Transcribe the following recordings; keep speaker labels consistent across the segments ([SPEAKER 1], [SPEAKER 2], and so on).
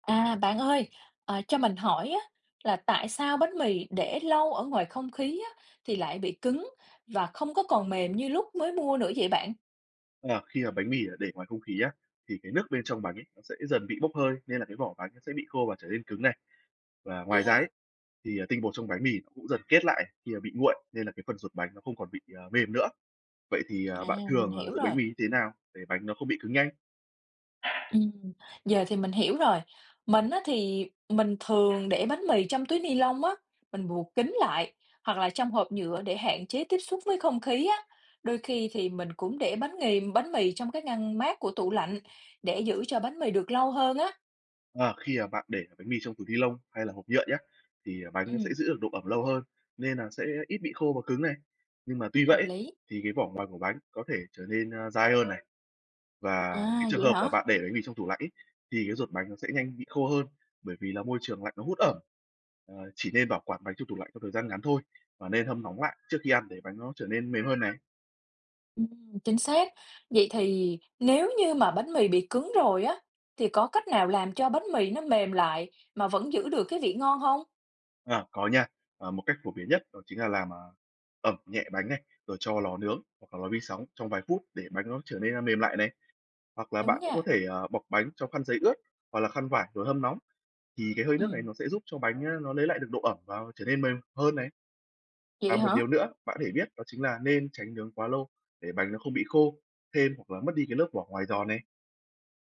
[SPEAKER 1] À, bạn ơi, cho mình hỏi á, là tại sao bánh mì để lâu ở ngoài không khí á, thì lại bị cứng và không có còn mềm như lúc mới mua nữa vậy bạn?
[SPEAKER 2] Ờ, Khi mà bánh mì để ngoài không khí á, thì cái nước bên trong bánh ấy, nó sẽ dần bị bốc hơi nên là cái vỏ bánh nó sẽ bị khô và trở nên cứng này. Và
[SPEAKER 1] Vậy
[SPEAKER 2] ngoài ra
[SPEAKER 1] hả?
[SPEAKER 2] ấy, thì tinh bột trong bánh mì nó cũng dần kết lại khi mà bị nguội nên là cái phần ruột bánh nó không còn bị mềm nữa. Vậy thì
[SPEAKER 1] À,
[SPEAKER 2] bạn
[SPEAKER 1] mình
[SPEAKER 2] thường
[SPEAKER 1] hiểu
[SPEAKER 2] giữ
[SPEAKER 1] rồi.
[SPEAKER 2] bánh mì như thế nào để bánh nó không bị cứng nhanh?
[SPEAKER 1] Ừm, Giờ thì mình hiểu rồi. Mình á, thì mình thường để bánh mì trong túi ni lông á, mình buộc kín lại hoặc là trong hộp nhựa để hạn chế tiếp xúc với không khí á. Đôi khi thì mình cũng để bánh mì trong cái ngăn mát của tủ lạnh để giữ cho bánh mì được lâu hơn á.
[SPEAKER 2] Ờ, Khi mà bạn để bánh mì trong túi ni lông hay là hộp nhựa nhá, thì bánh
[SPEAKER 1] Ừ,
[SPEAKER 2] nó sẽ giữ được độ ẩm lâu hơn nên là sẽ ít bị khô và cứng này. Nhưng mà tuy vậy
[SPEAKER 1] hợp
[SPEAKER 2] ấy,
[SPEAKER 1] lý.
[SPEAKER 2] thì cái vỏ ngoài của bánh có thể trở nên dai hơn này. Và cái
[SPEAKER 1] À,
[SPEAKER 2] trường
[SPEAKER 1] vậy
[SPEAKER 2] hợp
[SPEAKER 1] hả?
[SPEAKER 2] mà bạn để bánh mì trong tủ lạnh ấy, thì cái ruột bánh nó sẽ nhanh bị khô hơn, bởi vì là môi trường lạnh nó hút ẩm. Chỉ nên bảo quản bánh trong tủ lạnh trong thời gian ngắn thôi và nên hâm nóng lại trước khi ăn để bánh nó trở nên mềm hơn này.
[SPEAKER 1] Chính xác. Vậy thì nếu như mà bánh mì bị cứng rồi á, thì có cách nào làm cho bánh mì nó mềm lại mà vẫn giữ được cái vị ngon không?
[SPEAKER 2] À, có nha, một cách phổ biến nhất đó chính là làm ẩm nhẹ bánh này, rồi cho lò nướng hoặc là lò vi sóng trong vài phút để bánh nó trở nên mềm lại này. Hoặc là
[SPEAKER 1] Đúng
[SPEAKER 2] bạn cũng có
[SPEAKER 1] nha.
[SPEAKER 2] thể bọc bánh trong khăn giấy ướt hoặc là khăn vải rồi hâm nóng, thì cái hơi nước này
[SPEAKER 1] Ừ,
[SPEAKER 2] nó sẽ giúp cho bánh, nó lấy lại được độ ẩm và trở nên mềm hơn này.
[SPEAKER 1] vậy
[SPEAKER 2] Và một
[SPEAKER 1] hả?
[SPEAKER 2] điều nữa bạn có thể biết đó chính là nên tránh nướng quá lâu để bánh nó không bị khô, thêm hoặc là mất đi cái lớp vỏ ngoài giòn này.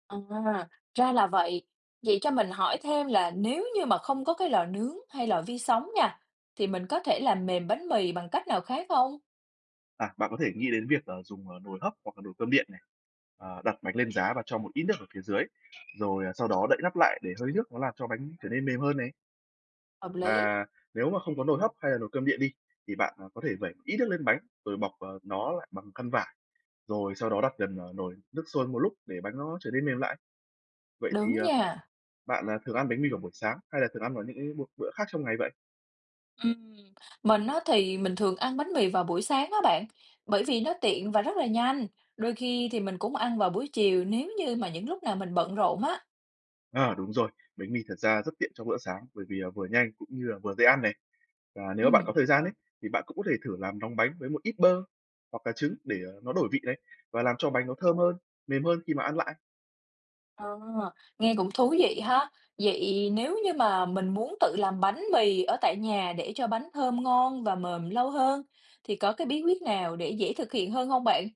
[SPEAKER 1] À, ra là vậy. Vậy cho mình hỏi thêm là nếu như mà không có cái lò nướng hay lò vi sóng nha, thì mình có thể làm mềm bánh mì bằng cách nào khác không?
[SPEAKER 2] À, bạn có thể nghĩ đến việc là dùng nồi hấp hoặc là nồi cơm điện này, đặt bánh lên giá và cho một ít nước ở phía dưới, rồi sau đó đậy nắp lại để hơi nước nó làm cho bánh trở nên mềm hơn này.
[SPEAKER 1] Hợp lý.
[SPEAKER 2] Và nếu mà không có nồi hấp hay là nồi cơm điện đi, thì bạn có thể vẩy một ít nước lên bánh rồi bọc nó lại bằng khăn vải, rồi sau đó đặt gần nồi nước sôi một lúc để bánh nó trở nên mềm lại. Vậy thì,
[SPEAKER 1] Đúng
[SPEAKER 2] ờ,
[SPEAKER 1] nha.
[SPEAKER 2] bạn thường ăn bánh mì vào buổi sáng hay là thường ăn vào những cái bữa khác trong ngày vậy?
[SPEAKER 1] Ừm, mình á thì mình thường ăn bánh mì vào buổi sáng á bạn, bởi vì nó tiện và rất là nhanh. Đôi khi thì mình cũng ăn vào buổi chiều nếu như mà những lúc nào mình bận rộn á.
[SPEAKER 2] À đúng rồi, bánh mì thật ra rất tiện cho bữa sáng bởi vì vừa nhanh cũng như là vừa dễ ăn này. Và nếu bạn
[SPEAKER 1] Ừm.
[SPEAKER 2] có thời gian ấy, thì bạn cũng có thể thử làm nóng bánh với một ít bơ hoặc là trứng để nó đổi vị đấy, và làm cho bánh nó thơm hơn, mềm hơn khi mà ăn lại.
[SPEAKER 1] Ờ, Nghe cũng thú vị ha. Vậy nếu như mà mình muốn tự làm bánh mì ở tại nhà để cho bánh thơm ngon và mềm lâu hơn thì có cái bí quyết nào để dễ thực hiện hơn không bạn?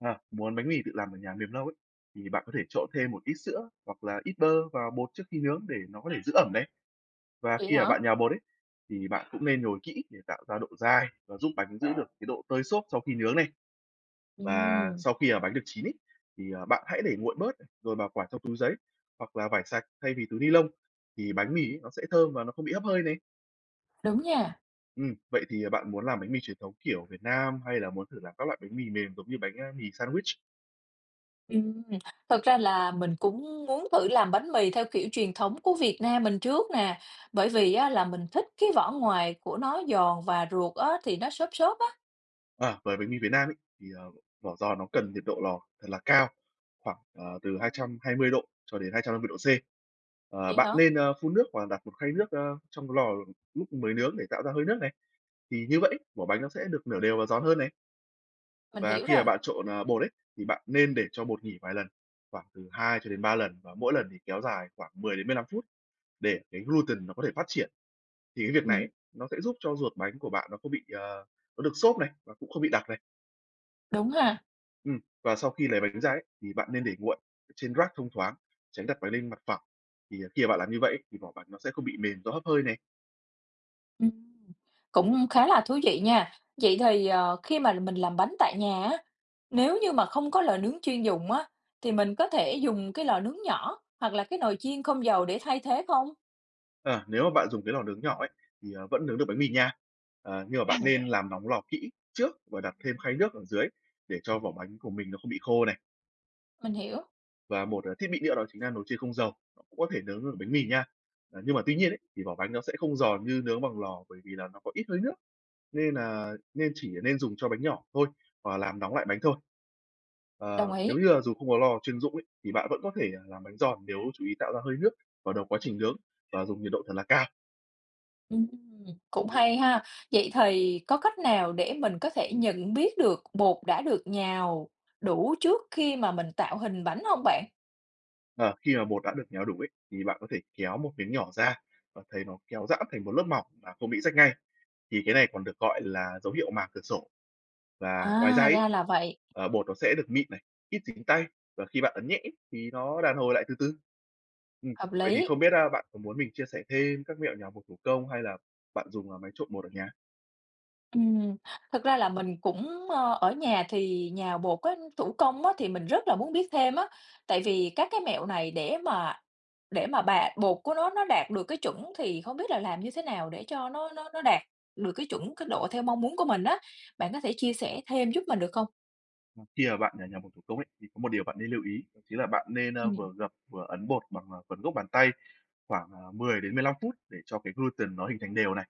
[SPEAKER 2] À, muốn bánh mì tự làm ở nhà mềm lâu ấy, thì bạn có thể trộn thêm một ít sữa hoặc là ít bơ vào bột trước khi nướng để nó có thể giữ ẩm đấy. Và
[SPEAKER 1] Vậy
[SPEAKER 2] khi mà
[SPEAKER 1] hả?
[SPEAKER 2] bạn nhào bột ấy, thì bạn cũng nên nhồi kỹ để tạo ra độ dai và giúp bánh giữ được cái độ tơi xốp sau khi nướng này. Và
[SPEAKER 1] Ừm,
[SPEAKER 2] sau khi mà bánh được chín ấy, thì bạn hãy để nguội bớt này, rồi bảo quản trong túi giấy hoặc là vải sạch thay vì túi ni lông, thì bánh mì ấy nó sẽ thơm và nó không bị hấp hơi này.
[SPEAKER 1] đúng nha.
[SPEAKER 2] Vậy thì bạn muốn làm bánh mì truyền thống kiểu Việt Nam hay là muốn thử làm các loại bánh mì mềm giống như bánh mì sandwich?
[SPEAKER 1] Ừm, thật ra là mình cũng muốn thử làm bánh mì theo kiểu truyền thống của Việt Nam mình trước nè, bởi vì á là mình thích cái vỏ ngoài của nó giòn và ruột á thì nó xốp xốp á.
[SPEAKER 2] À, với bánh mì Việt Nam ấy, thì vỏ giò nó cần nhiệt độ lò thật là cao, khoảng từ 220 độ cho đến 250 độ C. Ờ,
[SPEAKER 1] Vậy
[SPEAKER 2] bạn
[SPEAKER 1] hả?
[SPEAKER 2] nên phun nước hoặc là đặt một khay nước trong lò lúc mới nướng để tạo ra hơi nước này, thì như vậy vỏ bánh nó sẽ được nở đều và giòn hơn này.
[SPEAKER 1] Mình
[SPEAKER 2] Và
[SPEAKER 1] hiểu
[SPEAKER 2] khi mà
[SPEAKER 1] rồi.
[SPEAKER 2] bạn trộn bột ấy, thì bạn nên để cho bột nghỉ vài lần, khoảng từ 2 cho đến 3 lần, và mỗi lần thì kéo dài khoảng mười đến 15 phút để cái gluten nó có thể phát triển. Thì cái việc này
[SPEAKER 1] Ừm,
[SPEAKER 2] ấy, nó sẽ giúp cho ruột bánh của bạn nó không bị nó được xốp này, và cũng không bị đặc này.
[SPEAKER 1] đúng ha.
[SPEAKER 2] Và sau khi lấy bánh ra ấy, thì bạn nên để nguội trên rack thông thoáng, tránh đặt bánh lên mặt phẳng. Thì khi mà bạn làm như vậy ấy, thì vỏ bánh nó sẽ không bị mềm do hấp hơi này.
[SPEAKER 1] Ừm, cũng khá là thú vị nha. Vậy thì, khi mà mình làm bánh tại nhà á, nếu như mà không có lò nướng chuyên dụng á, thì mình có thể dùng cái lò nướng nhỏ hoặc là cái nồi chiên không dầu để thay thế không?
[SPEAKER 2] Ờ, nếu mà bạn dùng cái lò nướng nhỏ ấy, thì vẫn nướng được bánh mì nha. Ờ, nhưng mà bạn
[SPEAKER 1] Ừm,
[SPEAKER 2] nên làm nóng lò kỹ trước và đặt thêm khay nước ở dưới để cho vỏ bánh của mình nó không bị khô này.
[SPEAKER 1] mình hiểu,
[SPEAKER 2] Và một thiết bị nữa đó chính là nồi chiên không dầu, nó cũng có thể nướng được bánh mì nha. Ờ, nhưng mà tuy nhiên ấy, thì vỏ bánh nó sẽ không giòn như nướng bằng lò bởi vì là nó có ít hơi nước, nên là chỉ nên dùng cho bánh nhỏ thôi và làm nóng lại bánh thôi.
[SPEAKER 1] đồng
[SPEAKER 2] Ờ, nếu
[SPEAKER 1] ý.
[SPEAKER 2] như là dù không có lò chuyên dụng ấy, thì bạn vẫn có thể làm bánh giòn nếu chú ý tạo ra hơi nước vào đầu quá trình nướng và dùng nhiệt độ thật là cao.
[SPEAKER 1] Ừm, cũng hay ha. Vậy thì có cách nào để mình có thể nhận biết được bột đã được nhào đủ trước khi mà mình tạo hình bánh không bạn?
[SPEAKER 2] Ờ, khi mà bột đã được méo đủ ấy, thì bạn có thể kéo một miếng nhỏ ra và thấy nó kéo giãn thành một lớp mỏng mà không bị rách ngay, thì cái này còn được gọi là dấu hiệu màng cửa sổ. Và ngoài ra
[SPEAKER 1] À,
[SPEAKER 2] ấy,
[SPEAKER 1] ra là vậy,
[SPEAKER 2] bột nó sẽ được mịn này, ít dính tay và khi bạn ấn nhẹ thì nó đàn hồi lại từ từ. Ừm,
[SPEAKER 1] hợp
[SPEAKER 2] vậy thì
[SPEAKER 1] lý.
[SPEAKER 2] không biết bạn có muốn mình chia sẻ thêm các mẹo nhào bột thủ công hay là bạn dùng máy trộn bột ở nhà?
[SPEAKER 1] Ừm, thực ra là mình cũng, ở nhà thì nhào bột á, thủ công á, thì mình rất là muốn biết thêm á, tại vì các cái mẹo này để mà bà bột của nó đạt được cái chuẩn thì không biết là làm như thế nào để cho nó nó đạt được cái chuẩn, cái độ theo mong muốn của mình á. Bạn có thể chia sẻ thêm giúp mình được không?
[SPEAKER 2] Khi mà bạn nhào bột thủ công ấy, thì có một điều bạn nên lưu ý, đó chính là bạn nên
[SPEAKER 1] Ừm,
[SPEAKER 2] vừa gập vừa ấn bột bằng phần gốc bàn tay khoảng 10 đến 15 phút để cho cái gluten nó hình thành đều này.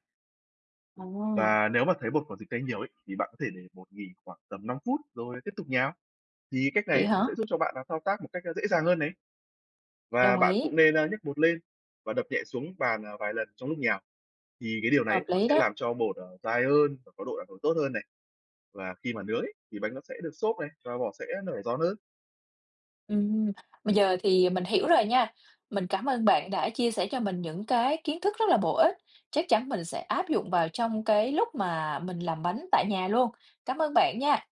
[SPEAKER 1] ồ,
[SPEAKER 2] Và nếu mà thấy bột có dính tay nhiều ấy, thì bạn có thể để bột nghỉ khoảng tầm 5 phút rồi tiếp tục nhào. Thì cách này
[SPEAKER 1] vậy
[SPEAKER 2] ấy, nó sẽ
[SPEAKER 1] hả?
[SPEAKER 2] giúp cho bạn là thao tác một cách dễ dàng hơn đấy. Và
[SPEAKER 1] Đồng
[SPEAKER 2] bạn
[SPEAKER 1] ý,
[SPEAKER 2] cũng nên nhấc bột lên và đập nhẹ xuống bàn vài lần trong lúc nhào. Thì cái điều này
[SPEAKER 1] hợp
[SPEAKER 2] ấy, nó
[SPEAKER 1] lý
[SPEAKER 2] sẽ
[SPEAKER 1] đó.
[SPEAKER 2] làm cho bột dai hơn và có độ đặc nổi tốt hơn này. Và khi mà nướng ấy, thì bánh nó sẽ được xốp này và vỏ sẽ nở giòn hơn.
[SPEAKER 1] Ừm, bây giờ thì mình hiểu rồi nha. Mình cảm ơn bạn đã chia sẻ cho mình những cái kiến thức rất là bổ ích, chắc chắn mình sẽ áp dụng vào trong cái lúc mà mình làm bánh tại nhà luôn. Cảm ơn bạn nha.